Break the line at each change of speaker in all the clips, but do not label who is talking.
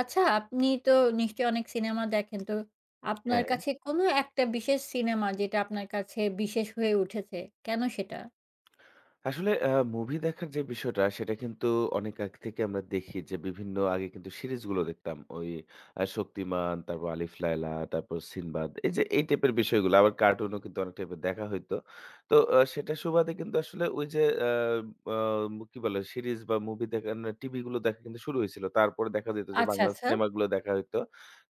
আচ্ছা, আপনি তো নিশ্চয়ই অনেক সিনেমা দেখেন। তো আপনার
হ্যাঁ,
কাছে কোনো একটা বিশেষ সিনেমা যেটা আপনার কাছে বিশেষ হয়ে উঠেছে, কেন সেটা?
আসলে মুভি দেখার যে বিষয়টা সেটা কিন্তু অনেক আগ থেকে আমরা দেখি যে বিভিন্ন আগে কিন্তু সিরিজগুলো দেখতাম। ওই শক্তিমান, তারপর আলিফ লায়লা, তারপর সিনবাদ এই যে এই টাইপের বিষয়গুলো। আবার কার্টুনও কিন্তু অনেক টাইপের দেখা হইতো। তো সেটার সুবাদে কিন্তু আসলে ওই যে আ আ কি বলে সিরিজ বা মুভি দেখা না টিভি গুলো দেখা কিন্তু শুরু হয়েছিল। তারপরে দেখা যেত যে
আচ্ছা,
বাংলা
আচ্ছা।
সিনেমাগুলো দেখা হইতো।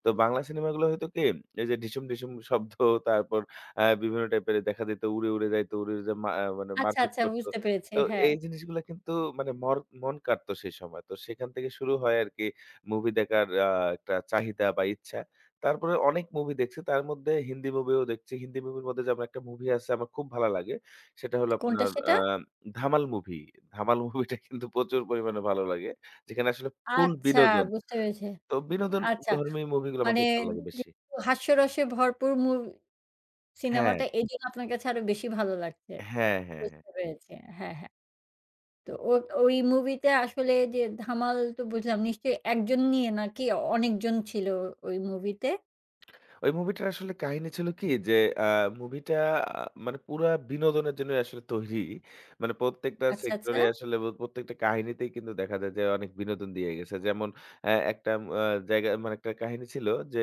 তো বাংলা সিনেমাগুলো হয়তো কি এই যে ঢিসুম, ঢিসুম শব্দ তারপর বিভিন্ন টাইপের দেখা যেত উড়ে, উড়ে যাইতো, উড়ে, উড়ে যেয়ে মা আহ, মানে
আচ্ছা,
মারপিট
আচ্ছা
করত।
বুঝতে পেরেছি।
তো
হ্যাঁ।
এই জিনিসগুলা কিন্তু মানে মন কাড়তো সেই সময়। তো সেখান থেকে শুরু হয় আরকি মুভি দেখার একটা চাহিদা বা ইচ্ছা। তারপরে অনেক মুভি দেখছি। তার মধ্যে হিন্দি মুভিও দেখছি। হিন্দি মুভির মধ্যে যেমন একটা মুভি আছে আমার খুব ভালো লাগে। সেটা হলো
কোনটা
আপনার
সেটা?
ধামাল মুভি। ধামাল মুভিটা কিন্তু প্রচুর পরিমাণে ভালো লাগে। যেখানে আসলে ফুল
আচ্ছা
বিনোদন।
বুঝতে পেরেছি।
তো
আচ্ছা।
বিনোদনধর্মী মুভিগুলো
মানে
আমাকে ভালো লাগে বেশি।
যেহেতু হাস্যরসে ভরপুর
হ্যাঁ,
সিনেমাটা এজন্য আপনার কাছে আরো বেশি ভালো লাগছে।
হ্যাঁ, হ্যাঁ, হ্যাঁ।
বুঝতে পেরেছি। হ্যাঁ, হ্যাঁ। তো ওই মুভিতে আসলে যে ধামাল তো বুঝলাম নিশ্চয়ই একজন নিয়ে নাকি অনেকজন ছিল ওই মুভিতে?
ওই মুভিটার আসলে কাহিনী ছিল কি যে আ মুভিটা আ মানে পুরা বিনোদনের জন্যই আসলে তৈরি। মানে প্রত্যেকটা
আচ্ছা, আচ্ছা।
সেক্টরে আসলে প্রত্যেকটা কাহিনীতেই কিন্তু দেখা যায় যে অনেক বিনোদন দিয়ে গেছে। যেমন একটা আ জায়গা মানে একটা কাহিনী ছিল যে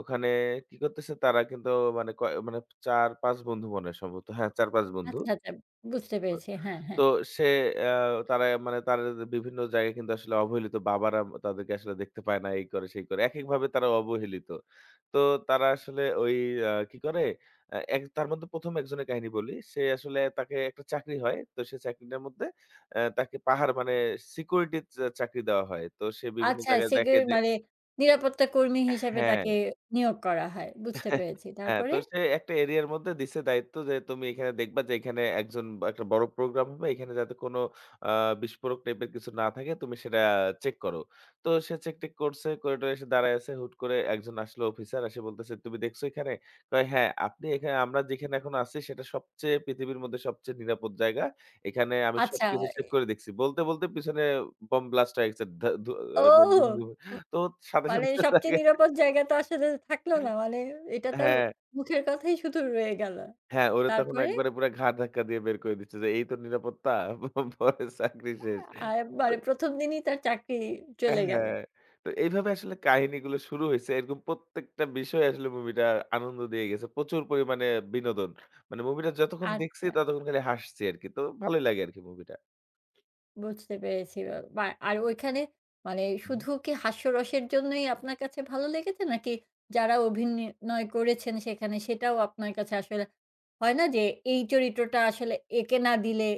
ওখানে কি করতেছে তারা কিন্তু মানে কয় মানে ৪-৫ বন্ধু মনে হয় সম্ভবত। হ্যাঁ, ৪-৫ বন্ধু।
আচ্ছা, আচ্ছা। বুঝতে পেরেছি। হ্যাঁ, হ্যাঁ।
তো সে আ তারা মানে তাদের বিভিন্ন জায়গায় কিন্তু আসলে অবহেলিত বাবারা তাদেরকে আসলে দেখতে পায় না, এই করে সেই করে। একেকভাবে তারা অবহেলিত। তো তারা আসলে ওই কি করে এক তার মধ্যে ১ম একজনের কাহিনী বলি। সে আসলে তাকে একটা চাকরি হয়। তো সে চাকরিটার মধ্যে তাকে পাহাড় মানে সিকিউরিটির চাকরি দেওয়া হয়। তো সে বিভিন্ন
আচ্ছা
জায়গায় দেখে
সিকিউর
যে
মানে নিরাপত্তা কর্মী হিসেবে
হ্যাঁ।
তাকে নিয়োগ করা হয়। বুঝতে পেরেছি।
হ্যাঁ,
তারপরে?
তো সে একটা এরিয়ার মধ্যে দিছে দায়িত্ব যে, "তুমি এখানে দেখবা যে এখানে একজন বা একটা বড় প্রোগ্রাম হবে। এখানে যাতে কোনো আ বিস্ফোরক টাইপের কিছু না থাকে, তুমি সেটা চেক করো।" তো সে চেক-টেক করছে, করিডোরে এসে দাঁড়ায় আছে। হুট করে একজন আসলো অফিসার, এসে বলতেছে, "তুমি দেখছো এখানে?" কয়, "হ্যাঁ, আপনি এখানে আমরা যেখানে এখন আছি সেটা সবচেয়ে পৃথিবীর মধ্যে সবচেয়ে নিরাপদ জায়গা। এখানে আমি
আচ্ছা,
সবকিছু
এ
চেক করে দেখছি।" বলতে, বলতে পিছনে বোম ব্লাস্ট হয়ে গেছে। ধা ধু
ওহ!
আহ,
উ
তো সাথে,
মানে
সাথে
সবচেয়ে
তাকে
নিরাপদ জায়গা তো আসলে থাকলো না। মানে এটা তার
হ্যাঁ।
মুখের কথাই শুধু রয়ে গেল।
হ্যাঁ, ওরে তখন
তারপরে?
একবারে পুরা ঘাড় ধাক্কা দিয়ে বের করে দিচ্ছে যে, "এই তোর নিরাপত্তা? পরে চাকরি শেষ।"
আ
তো
মানে ১ম দিনই তার চাকরি চলে গেল।
হ্যাঁ, তো এইভাবে আসলে কাহিনীগুলো শুরু হইছে। এরকম প্রত্যেকটা বিষয় আসলে মুভিটা আনন্দ দিয়ে গেছে। প্রচুর পরিমাণে বিনোদন। মানে মুভিটা যতক্ষণ দেখছি
আচ্ছা।
ততক্ষণ খালি হাসছি আরকি। তো ভালোই লাগে আরকি মুভিটা।
বুঝতে পেরেছি। বা আর ওইখানে মানে
হুম।
শুধু কি হাস্যরসের জন্যই আপনার কাছে ভালো লেগেছে? নাকি যারা অভিনয় করেছেন সেখানে সেটাও আপনার কাছে আসলে হয় না যে এই চরিত্রটা আসলে একে না দিলে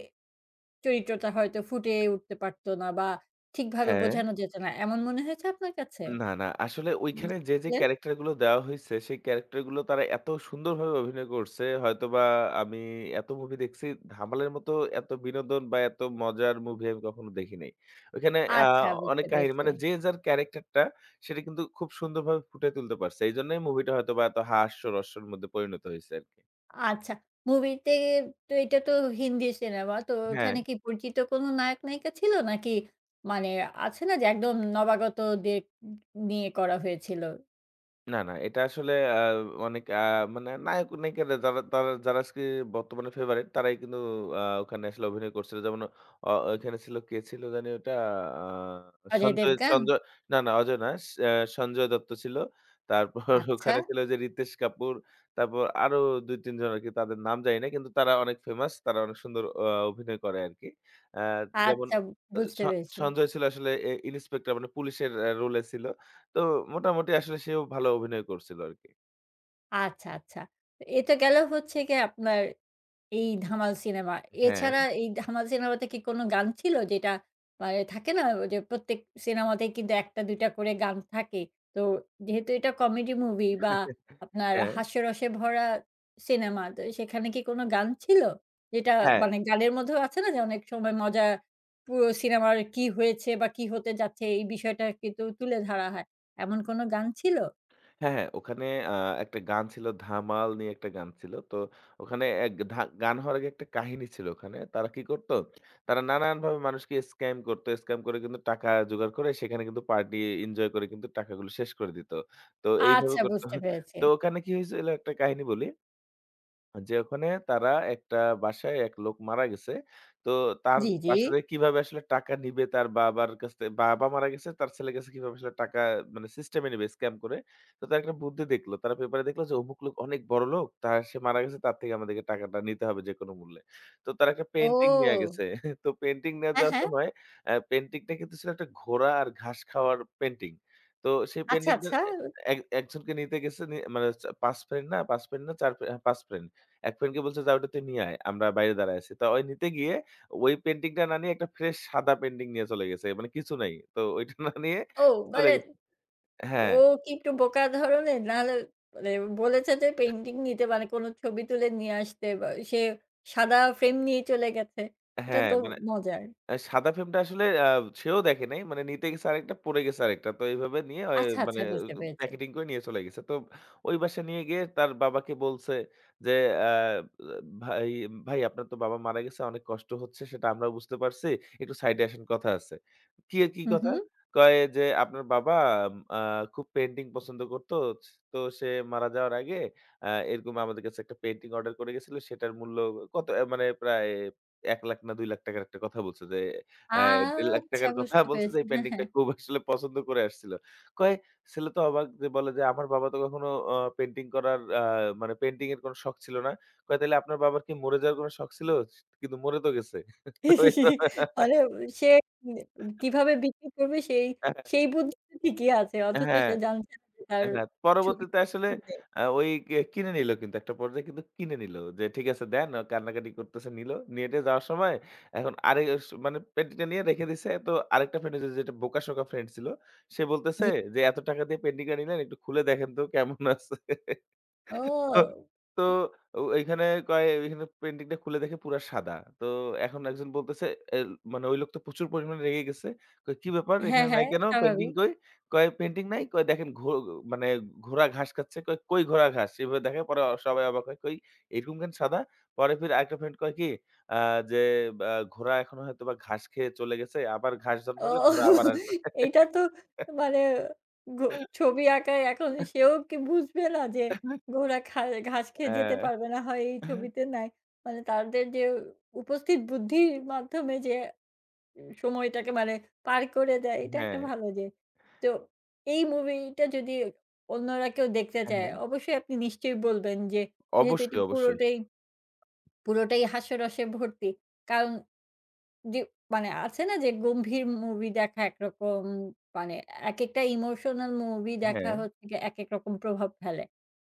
চরিত্রটা হয়তো ফুটে উঠতে পারত না বা ঠিকভাবে
হ্যাঁ।
বোঝানো যেত না। এমন মনে হয়েছে আপনার কাছে?
না, না। আসলে ওইখানে যে
ছিলেন?
ক্যারেক্টার গুলো দেওয়া হইছে, সেই ক্যারেক্টার গুলো তারা এত সুন্দরভাবে অভিনয় করছে, হয়তোবা আমি এত মুভি দেখছি, ধামালের মতো এত বিনোদন বা এত মজার মুভি আমি কখনো দেখি নাই। ওইখানে
আচ্ছা বুঝতে
অনেক কাহিনী
পেরেছি।
মানে যে যার ক্যারেক্টারটা সেটা কিন্তু খুব সুন্দরভাবে ফুটিয়ে তুলতে পারছে। এইজন্যই মুভিটা হয়তোবা এত হাস্যরসের মধ্যে পরিণত হইছে আরকি।
আচ্ছা। মুভিতে তো এটা তো হিন্দি সিনেমা। তো
হ্যাঁ।
ওখানে কি পরিচিত কোনো নায়ক-নায়িকা ছিল? নাকি মানে আছে না যে একদম নবাগতদের নিয়ে করা হয়েছিল?
না, না। এটা আসলে অনেক মানে নায়ক নায়িকারা যারা তারা যারা আজকে বর্তমানে ফেভারিট তারাই কিন্তু ওখানে আসলে অভিনয় করছিল। যেমন অ ওখানে ছিল কে ছিল জানি ওটা? আ
অজয়
সঞ্জয়
দেবগান?
সঞ্জয় না, না অজয় না। স আ সঞ্জয় দত্ত ছিল। তারপর
আচ্ছা,
ওখানে ছিল যে রিতেশ কাপুর। তারপর আরো ২-৩ জন আরকি তাদের নাম জানি না। কিন্তু তারা অনেক ফেমাস। তারা অনেক সুন্দর অভিনয় করে আরকি। আ যেমন
আচ্ছা
আ স
বুঝতে পেরেছি।
সঞ্জয় ছিল আসলে ইন্সপেক্টর মানে পুলিশের রোলে ছিল। তো মোটামুটি আসলে সেও ভালো অভিনয় করছিল আরকি।
আচ্ছা, আচ্ছা। তো এ তো গেল হচ্ছে গিয়ে আপনার এই 'ধামাল' সিনেমা।
হ্যাঁ,
এছাড়া এই 'ধামাল' সিনেমাতে কি কোনো গান ছিল যেটা মানে থাকে না যে প্রত্যেক সিনেমাতেই কিন্তু ১টা ২টা করে গান থাকে। তো যেহেতু এটা কমেডি মুভি বা আপনার
হ্যাঁ।
হাস্যরসে ভরা সিনেমা তো সেখানে কি কোনো গান ছিল? যেটা
হ্যাঁ,
মানে গানের মধ্যেও আছে না যে অনেক সময় মজা পুরো সিনেমার কি হয়েছে বা কি হতে যাচ্ছে এই বিষয়টা কিন্তু তুলে ধরা হয়। এমন কোনো গান ছিল?
হ্যাঁ, হ্যাঁ। ওখানে আ একটা গান ছিল 'ধামাল' নিয়ে একটা গান ছিল। তো ওখানে এক ধা গান হওয়ার আগে একটা কাহিনী ছিল ওখানে। তারা কি করত? তারা নানানভাবে মানুষকে স্ক্যাম করত। স্ক্যাম করে কিন্তু টাকা জোগাড় করে সেখানে কিন্তু পার্টি এনজয় করে কিন্তু টাকাগুলো শেষ করে দিত। তো এইভাবে
আচ্ছা
করত।
বুঝতে পেরেছি।
তো ওখানে কি হয়েছিল একটা কাহিনী বলি। যে ওখানে তারা একটা বাসায় এক লোক মারা গেছে। তো তার
জি, জি।
বাসা থেকে কিভাবে আসলে টাকা নিবে তার বাবার কাছ থেকে বাবা মারা গেছে, তার ছেলের কাছে কিভাবে আসলে টাকা মানে সিস্টেমে নিবে স্ক্যাম করে। তো তারা একটা বুদ্ধি দেখলো। তারা পেপারে দেখলো যে অমুক লোক অনেক বড়লোক। তার সে মারা গেছে তার থেকে আমাদেরকে টাকাটা নিতে হবে যেকোনো মূল্যে। তো তারা একটা পেইন্টিং নিয়ে
ও!
গেছে। তো পেইন্টিং নিয়ে
হ্যাঁ,
যাওয়ার
হ্যাঁ।
সময় পেইন্টিংটা কিন্তু ছিল একটা ঘোড়া আর ঘাস খাওয়ার পেইন্টিং। তো সেই
আচ্ছা,
পেইন্টিংটা
আচ্ছা।
এ এক একজনকে নিতে গেছে মানে ৫ ফ্রেন্ড না ৫ ফ্রেন্ড না ৪ ফ্রে হ্যাঁ ৫ ফ্রেন্ড। এক ফ্রেন্ডকে বলছে, "যা ওটা তুই নিয়ে আয়। আমরা বাইরে দাঁড়ায় আছি।" তো ওই নিতে গিয়ে ওই পেইন্টিংটা না নিয়ে একটা ফ্রেশ সাদা পেইন্টিং নিয়ে চলে গেছে। মানে কিছু নাই। তো ওইটা না নিয়ে
ও
চলে
মানে
গেছে হ্যাঁ,
ও কি একটু বোকা ধরনের? নাহলে মানে বলেছে যে পেইন্টিং নিতে মানে কোনো ছবি তুলে নিয়ে আসতে বা সে সাদা ফ্রেম নিয়ে চলে গেছে। এটা
হ্যাঁ।
তো
মানে
মজার।
সাদা ফ্রেমটা আসলে সেও দেখে নাই। মানে নিতে গেছে আরেকটা, পড়ে গেছে আরেকটা। তো এইভাবে নিয়ে
আচ্ছা,
মানে
আচ্ছা বুঝতে পেরেছি।
প্যাকেটিং করে নিয়ে চলে গেছে। তো ওই বাসায় নিয়ে গিয়ে তার বাবাকে বলছে যে, আ "ভাই, ভাই আপনার তো বাবা মারা গেছে। অনেক কষ্ট হচ্ছে সেটা আমরাও বুঝতে পারছি। একটু সাইডে আসেন কথা আছে।" "কি, কি
হু,
কথা?"
হু।
কয় যে, "আপনার বাবা আ খুব পেইন্টিং পছন্দ করতো। তো সে মারা যাওয়ার আগে এরকম আমাদের কাছে একটা পেইন্টিং অর্ডার করে গেছিল। সেটার মূল্য কত" আহ, মানে প্রায় ৳১,০০,০০০ না ৳2,00,000 র একটা কথা বলছে যে অ্যা ৳১,৫০,000
আচ্ছা
র কথা
বুঝতে
বলছে যে
পেরেছি।
এই
হ্যাঁ,
পেইন্টিংটা
হ্যাঁ।
খুব আসলে পছন্দ করে আসছিল। কয় ছেলে তো অবাক যে বলে যে, "আমার বাবা তো কখনো পেইন্টিং করার মানে পেইন্টিং এর কোনো শখ ছিল না।" কয়, "তাইলে আপনার বাবার কি মরে যাওয়ার কোনো শখ ছিল? কিন্তু মরে তো গেছে।" তো এভাবে
মানে সে কিভাবে বিক্রি করবে সেই সেই বুদ্ধি তো ঠিকই আছে। অথচ
হ্যাঁ,
সে জানছে না যে তার
হ্যাঁ,
ছবি
পরবর্তীতে আসলে
নেই।
ওই কে কিনে নিল কিন্তু একটা পর্যায়ে কিন্তু কিনে নিল। যে ঠিক আছে দেন কান্নাকাটি করতেছে নিল। নিয়ে টিয়ে যাওয়ার সময় এখন আরে মানে পেন্টিংটা নিয়ে রেখে দিছে। তো আরেকটা ফ্রেন্ড ওইযে যেটা বোকাশোকা ফ্রেন্ড ছিল। সে বলতেছে
জি।
যে, "এত টাকা দিয়ে পেন্টিংটা নিলেন একটু খুলে দেখেন তো কেমন আছে?" তো
ও!
তো ও এইখানে কয় এইখানে পেইন্টিংটা খুলে দেখে পুরা সাদা। তো এখন একজন বলতেছে এ মানে ওই লোক তো প্রচুর পরিমাণে রেগে গেছে। কয়, "কি ব্যাপার?
হ্যাঁ,
এখানে নাই
হ্যাঁ
কেন? পেইন্টিং
স্বাভাবিক।
কই?" কয়, "পেইন্টিং নাই?" কয়, "দেখেন মানে ঘোড়া ঘাস খাচ্ছে।" কয়, "কই ঘোড়া ঘাস?" এভাবে দেখে পরে সবাই অবাক হয়। কই এরকম কেন সাদা? পরে ফির আরেকটা ফ্রেন্ড কয় কি আ যে "ঘোড়া এখন হয়তোবা ঘাস খেয়ে চলে গেছে। আবার ঘাস
ও
জন্মালে ঘোড়া আবার আসবে।"
এইটা তো মানে ঘো ছবি আঁকায় এখন সেও কি বুঝবে না যে ঘোড়া খা ঘাস খেয়ে যেতে
হ্যাঁ,
পারবে না, হয় এই ছবিতে নাই। মানে তাদের যে উপস্থিত বুদ্ধির মাধ্যমে যে সময়টাকে মানে পার করে দেয় এটা একটা
হ্যাঁ,
ভালো যে। তো এই মুভিটা যদি অন্যরা কেউ দেখতে
হ্যাঁ,
চায়
হ্যাঁ।
অবশ্যই আপনি নিশ্চয়ই বলবেন যে যেহেতু এটা
অবশ্যই, অবশ্যই।
পুরোটাই পুরোটাই হাস্যরসে ভর্তি। কারণ জি, মানে আছে না যে গম্ভীর মুভি দেখা একরকম মানে একেকটা ইমোশনাল মুভি দেখা
হ্যাঁ,
হচ্ছে গিয়ে একেক রকম প্রভাব ফেলে।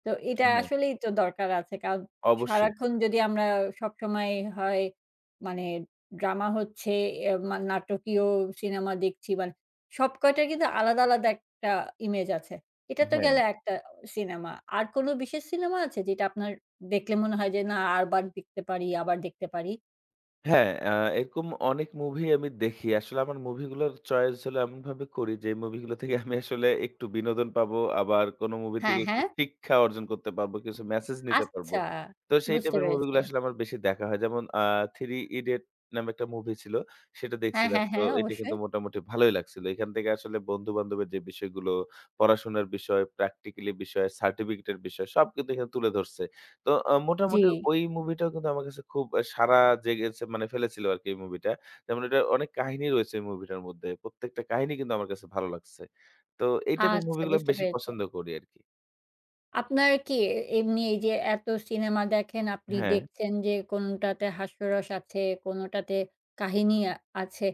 তো এটা
হ্যাঁ,
আসলেই তো দরকার আছে। কারণ
অবশ্যই।
সারাক্ষণ যদি আমরা সবসময় হয় মানে ড্রামা হচ্ছে, এ মা নাটকীয় সিনেমা দেখছি মানে সব কয়টার কিন্তু আলাদা, আলাদা একটা ইমেজ আছে। এটা তো
হ্যাঁ,
গেল একটা সিনেমা। আর কোন বিশেষ সিনেমা আছে যেটা আপনার দেখলে মনে হয় যে না আরবার দেখতে পারি, আবার দেখতে পারি?
হ্যাঁ, এরকম অনেক মুভি আমি দেখি। আসলে আমার মুভিগুলোর চয়েস হলো এমনভাবে করি যে মুভিগুলো থেকে আমি আসলে একটু বিনোদন পাবো। আবার কোনো মুভি
হ্যাঁ,
থেকে একটু
হ্যাঁ?
শিক্ষা অর্জন করতে পারবো, কিছু মেসেজ নিতে পারবো।
আচ্ছা,
তো সেই
বুঝতে
টাইপের
পেরেছি।
মুভিগুলো আসলে আমার বেশি দেখা হয়। যেমন 'থ্রি ইডিয়ট' নামে একটা মুভি ছিল, সেটা
হ্যাঁ,
দেখছিলাম।
হ্যাঁ,
তো
হ্যাঁ,
এটা কিন্তু
অবশ্যই।
মোটামুটি ভালোই লাগছিল। এখান থেকে আসলে বন্ধু-বান্ধবের যে বিষয়গুলো, পড়াশোনার বিষয়, প্র্যাকটিক্যালি বিষয়, সার্টিফিকেটের বিষয় সব কিন্তু এখানে তুলে ধরছে। তো
জি।
মোটামুটি ওই মুভিটাও কিন্তু আমার কাছে খুব সাড়া জেগেছে মানে ফেলেছিল আরকি এই মুভিটা। যেমন এটা অনেক কাহিনী রয়েছে এই মুভিটার মধ্যে। প্রত্যেকটা কাহিনী কিন্তু আমার কাছে ভালো লাগছে। তো এই টাইপের
আচ্ছা,
মুভিগুলো
বুঝতে
বেশি
পেরেছি।
পছন্দ করি আরকি।
আপনার কি এমনি এই যে এত সিনেমা দেখেন, আপনি
হ্যাঁ,
দেখছেন যে কোনটাতে হাস্যরস আছে, কোনটাতে কাহিনী আছে।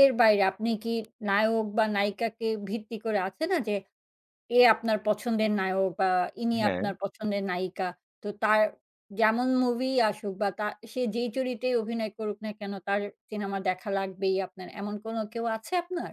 এর বাইরে আপনি কি নায়ক বা নায়িকাকে ভিত্তি করে আছে না যে এ আপনার পছন্দের নায়ক বা ইনি
হ্যাঁ,
আপনার পছন্দের নায়িকা। তো তার যেমন মুভি আসুক বা তা সে যেই চরিত্রেই অভিনয় করুক না কেন তার সিনেমা দেখা লাগবেই আপনার। এমন কোন কেউ আছে আপনার?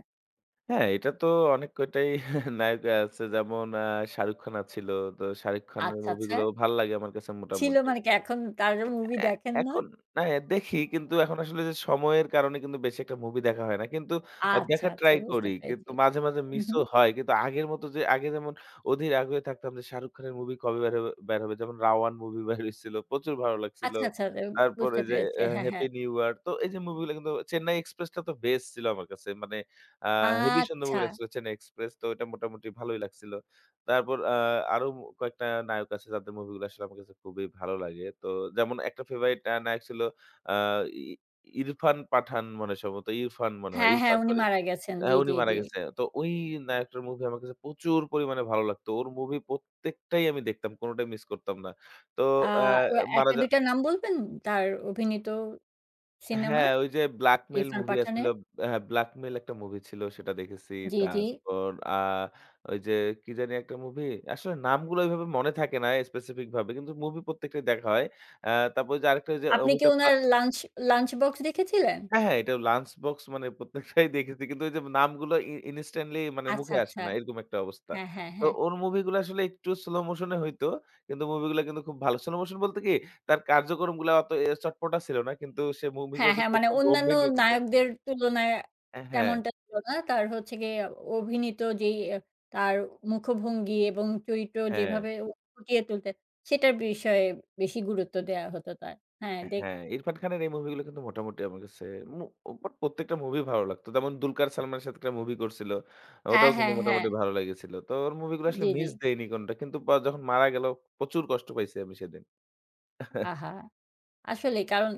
হ্যাঁ, এটা তো অনেক কয়টাই নায়ক আছে যেমন শাহরুখ খান আছিল। তো শাহরুখ খানের
আচ্ছা, আচ্ছা।
মুভিগুলো ভাল লাগে আমার কাছে
ছিল
মোটামুটি।
মানে কি এখন তার মুভি
এ
দেখেন না?
এখন না দেখি কিন্তু এখন আসলে যে সময়ের কারণে কিন্তু বেশি একটা মুভি দেখা হয় না। কিন্তু
আচ্ছা,
দেখার
আচ্ছা
ট্রাই
বুঝতে
করি। কিন্তু
পেরেছি।
মাঝে, মাঝে
হু, হু।
মিসও হয়। কিন্তু আগের মতো যে আগে যেমন অধীর আগ্রহে থাকতাম যে শাহরুখ খানের মুভি কবে বের হবে বের হবে। যেমন 'রাওয়ান' মুভি বের হইছিল। প্রচুর ভালো লাগছিল।
আচ্ছা, আচ্ছা এ
তারপরে
বুঝতে
যে
পেরেছি। হ্যাঁ, হ্যাঁ।
'হ্যাপি নিউ ইয়ার' তো এই যে মুভিগুলো কিন্তু 'চেন্নাই এক্সপ্রেস'টা তো বেস্ট ছিল আমার কাছে। মানে আ হেভি সুন্দর
আচ্ছা।
মুভি লাগছিল 'চেন্নাই এক্সপ্রেস' তো এটা মোটামুটি ভালোই লাগছিল। তারপর আরো কয়েকটা নায়ক আছে যাদের মুভিগুলো আসলে আমার কাছে খুবই ভালো লাগে। তো যেমন একটা ফেভারিট নায়ক ছিল আ ই ইরফান পাঠান মনে হয় সম্ভবত। ইরফান মনে হয়।
হ্যাঁ, হ্যাঁ
ইরফান
উনি
সরি।
মারা গেছেন।
হ্যাঁ,
জি,
উনি
জি,
মারা
জি।
গেছে। তো ওই নায়কটার মুভি আমার কাছে প্রচুর পরিমাণে ভালো লাগতো। ওর মুভি প্রত্যেকটাই আমি দেখতাম। কোনটাই মিস করতাম না। তো
আ
অ্যা
ও ১
মারা
টা ২
যাওয়ার
টা নাম বলবেন তার অভিনীত সিনেমার?
হ্যাঁ, ওই যে 'ব্ল্যাকমেইল'
ইরফান
মুভি আছিল
পাঠানের?
হ্যাঁ, 'ব্ল্যাকমেইল' একটা মুভি ছিল সেটা দেখেছি।
জি, জি।
তারপর ওই যে কি জানি একটা মুভি? আসলে নামগুলো ওইভাবে মনে থাকে না স্পেসিফিক ভাবে। কিন্তু মুভি প্রত্যেকটাই দেখা হয়। আ তারপর ওই যে আরেকটা ওই যে
আপনি কি
অমিতাভ বা
উনার লাঞ্চ লাঞ্চ বক্স দেখেছিলেন?
হ্যাঁ, হ্যাঁ, এটা 'লাঞ্চ বক্স' মানে প্রত্যেকটাই দেখেছি। কিন্তু ওই যে নামগুলো ইনস্ট্যান্টলি মানে
আচ্ছা,
মুখে আসে
আচ্ছা।
না। এরকম একটা অবস্থা।
হ্যাঁ, হ্যাঁ,
তো
হ্যাঁ।
ওর মুভিগুলো আসলে একটু স্লো মোশন এ হইতো। কিন্তু মুভিগুলো কিন্তু খুব ভালো। স্লো মোশন বলতে কি? তার কার্যক্রমগুলা অত চটপটা ছিল না। কিন্তু সে
হ্যাঁ,
মুভিগুলো যে
হ্যাঁ, মানে
করত
অন্যান্য
গম্ভীর নিয়ে করত।
নায়কদের তুলনায়
হ্যাঁ,
তেমনটা ছিল না। তার হচ্ছে গিয়ে অভিনীত যেই আ তার মুখভঙ্গি এবং চরিত্র
হ্যাঁ,
যেভাবে ও ফুটিয়ে তুলতেন, সেটার বিষয়ে বেশি গুরুত্ব দেয়া হতো তার। হ্যাঁ, দেখ
হ্যাঁ। ইরফান খানের এই মুভিগুলো কিন্তু মোটামুটি আমার কাছে মু বাট প্রত্যেকটা মুভি ভালো লাগতো। যেমন দুলকার সালমানের সাথে একটা মুভি করছিল।
হ্যাঁ,
ওটাও কিন্তু
হ্যাঁ, হ্যাঁ।
মোটামুটি ভালো লেগেছিল। তো ওর মুভিগুলো আসলে
জি, জি।
মিস দেইনি কোনটা। কিন্তু বা যখন মারা গেল প্রচুর কষ্ট পাইছি আমি সেদিন।
আহা! আসলেই কারণ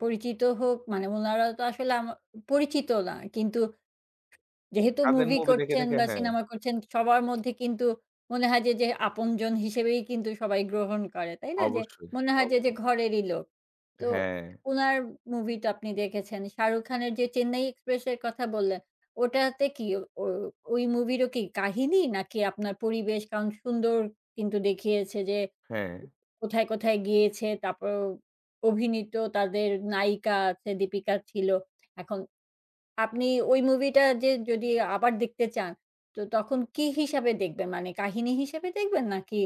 পরিচিত হোক মানে উনারা তো আসলে আমা পরিচিত না। কিন্তু যেহেতু
তাদের
মুভি
মুভি দেখে,
করছেন
দেখে
বা
হ্যাঁ,
সিনেমা করছেন সবার মধ্যে কিন্তু মনে হয় যে, যে আপনজন হিসেবেই কিন্তু সবাই গ্রহণ করে, তাই না? যে
অবশ্যই,
মনে হয় যে, যে
অবশ্যই।
ঘরেরই লোক। তো
হ্যাঁ,
উনার মুভি তো আপনি দেখেছেন। শাহরুখ খানের যে 'চেন্নাই এক্সপ্রেস' এর কথা বললেন, ওটাতে কি ও ওই মুভিরও কি কাহিনী নাকি আপনার পরিবেশ? কারণ সুন্দর কিন্তু দেখিয়েছে যে
হ্যাঁ।
কোথায়, কোথায় গিয়েছে, তারপর অভিনীত তাদের নায়িকা আছে, দীপিকা ছিল। এখন আপনি ওই মুভিটা যে যদি আবার দেখতে চান, তো তখন কি হিসাবে দেখবেন? মানে কাহিনী হিসেবে দেখবেন? নাকি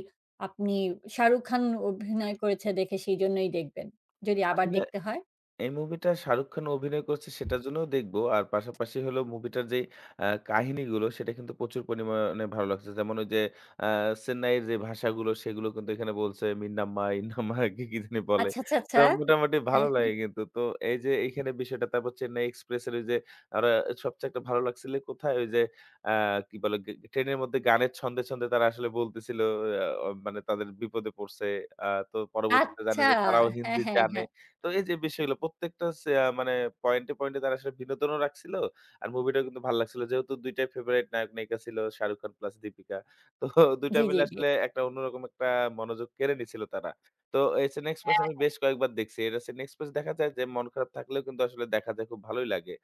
আপনি শাহরুখ খান অভিনয় করেছে দেখে সেইজন্যই দেখবেন? যদি আবার
আসলে
দেখতে হয়?
এই মুভিটা শাহরুখ খান অভিনয় করছে সেটার জন্যও দেখব। আর পাশাপাশি হলো মুভিটার যেই আ কাহিনীগুলো সেটা কিন্তু প্রচুর পরিমাণে ভালো লাগছে। যেমন ওই যে আ চেন্নাইয়ের যে ভাষাগুলো সেগুলো কিন্তু এখানে বলছে মিন্নাম্মা, ইন্নাম্মা কি, কি জানি বলে।
আচ্ছা, আচ্ছা,
তো
আচ্ছা।
মোটামুটি
হ্যাঁ,
ভালো
হ্যাঁ।
লাগে কিন্তু। তো এই যে এইখানে বিষয়টা তারপর চেন্নাই এক্সপ্রেস এর ওই যে আর সবচেয়ে একটা ভালো লাগছিল কোথায় ওই যে আ কি বলে গে ট্রেনের মধ্যে গানের ছন্দে, ছন্দে তারা আসলে বলতেছিল মানে তাদের বিপদে পড়ছে। তো পরবর্তীতে জানে
আচ্ছা।
যে তারাও
হ্যাঁ,
হিন্দি
হ্যাঁ,
জানে।
হ্যাঁ।
তো এই যে বিষয়গুলো প্রত্যেকটা সে আ মানে পয়েন্টে, পয়েন্টে তারা আসলে বিনোদনও রাখছিল। আর মুভিটাও কিন্তু ভাল লাগছিল। যেহেতু ২ টাই ফেভারাইট নায়ক-নায়িকা ছিল শাহরুখ খান প্লাস দীপিকা। তো ২ টা
জি, জি,
মিলে
জি।
আসলে একটা অন্যরকম একটা মনোযোগ কেড়ে নিছিল তারা। তো এছাড়া নেক্সট ম্যাচ
হ্যাঁ,
আমি বেশ কয়েকবার দেখছি। এটা হচ্ছে নেক্সট ম্যাচ দেখা যায় যে মন খারাপ থাকলেও কিন্তু আসলে দেখা যায় খুব ভালোই লাগে।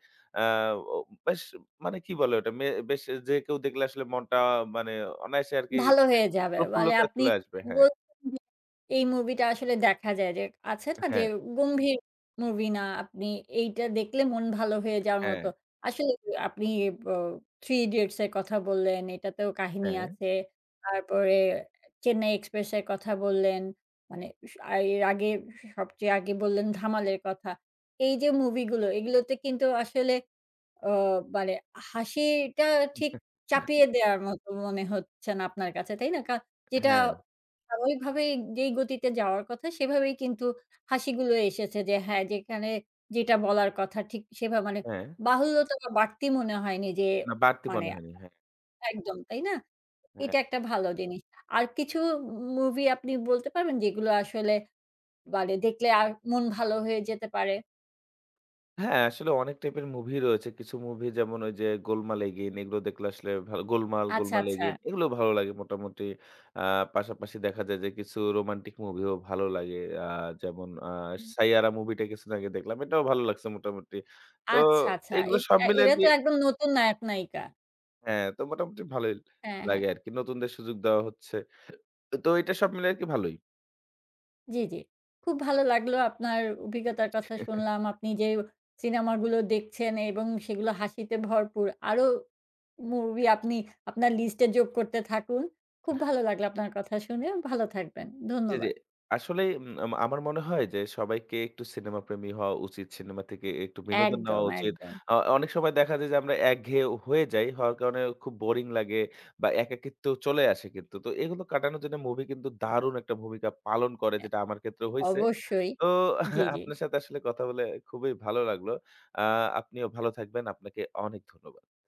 আ ও বেশ মানে কি বলে ওটা? মে বেশ যে কেউ দেখলে আসলে মনটা মানে অনায়াসে আরকি
ভালো হয়ে যাবে। মানে
প্রফুল্লতায়
আপনি
চলে আসবে। হ্যাঁ,
বলছেন এই মুভিটা আসলে দেখা যায় যে আছে না যে
হ্যাঁ,
গম্ভীর মুভি না আপনি এইটা দেখলে মন ভালো হয়ে যাওয়ার
হ্যাঁ,
মতো। আসলে আপনি ব 'থ্রি ইডিয়টস' এর কথা বললেন, এটাতেও কাহিনী
হ্যাঁ।
আছে। তারপরে 'চেন্নাই এক্সপ্রেস' এর কথা বললেন। মানে স আ এর আগে সবচেয়ে আগে বললেন 'ধামাল'-এর কথা। এই যে মুভিগুলো এগুলোতে কিন্তু আসলে অ মানে হাসিটা ঠিক চাপিয়ে দেওয়ার মতো মনে হচ্ছে না আপনার কাছে, তাই না? কা যেটা
হ্যাঁ,
স্বাভাবিকভাবেই যেই গতিতে যাওয়ার কথা সেভাবেই কিন্তু হাসিগুলো এসেছে যে হ্যাঁ, যেখানে যেটা বলার কথা ঠিক সেভাবে মানে
হ্যাঁ।
বাহুল্যতা বা বাড়তি মনে হয়নি যে
না বাড়তি
মানে
মনে হয়নি। হ্যাঁ,
একদম, তাই না?
হ্যাঁ।
এটা একটা ভালো জিনিস। আর কিছু মুভি আপনি বলতে পারবেন যেগুলো আসলে মানে দেখলে আর মন ভালো হয়ে যেতে পারে?
হ্যাঁ, আসলে অনেক টাইপের মুভি রয়েছে। কিছু মুভি যেমন ওই যে 'গোলমাল এগেইন' এগুলো দেখলে আসলে ভালো 'গোলমাল',
আচ্ছা,
'গোলমাল
আচ্ছা।
এগেইন' এগুলো ভালো লাগে মোটামুটি। আ পাশাপাশি দেখা যায় যে কিছু রোমান্টিক মুভিও ভালো লাগে। আ যেমন 'সাইয়ারা' মুভিটা কিছুদিন আগে দেখলাম। এটাও ভালো লাগছে মোটামুটি। তো
আচ্ছা, আচ্ছা। এ
এগুলো সব মিলে
এরা
আরকি
তো একদম নতুন নায়ক নায়িকা।
হ্যাঁ, তো মোটামুটি ভালোই
হ্যাঁ, হ্যাঁ।
লাগে আরকি। নতুনদের সুযোগ দেওয়া হচ্ছে। তো এটা সব মিলে আরকি ভালোই।
জি, জি। খুব ভালো লাগলো আপনার অভিজ্ঞতার কথা শুনলাম। আপনি যে সিনেমাগুলো দেখছেন এবং সেগুলো হাসিতে ভরপুর। আরো মুভি আপনি আপনার লিস্টে যোগ করতে থাকুন। খুব ভালো লাগলো আপনার কথা শুনে। ভালো থাকবেন।
জি, জি।
ধন্যবাদ।
আসলে উম আম আমার মনে হয় যে সবাইকে একটু সিনেমা প্রেমী হওয়া উচিত। সিনেমা থেকে একটু বিনোদন নেওয়া
একদম,
উচিত।
একদম।
অনেক সময় দেখা যায় যে আমরা একঘেয়ে হয়ে যাই। হওয়ার কারণে খুব বোরিং লাগে বা একাকিত্ব চলে আসে কিন্তু। তো এগুলো কাটানোর জন্য মুভি কিন্তু দারুণ একটা ভূমিকা পালন করে
অ্যা
যেটা আমার ক্ষেত্রেও হইছে।
অবশ্যই।
তো
জি, জি।
আপনার সাথে আসলে কথা বলে খুবই ভালো লাগলো। আ আপনিও ভালো থাকবেন। আপনাকে অনেক ধন্যবাদ।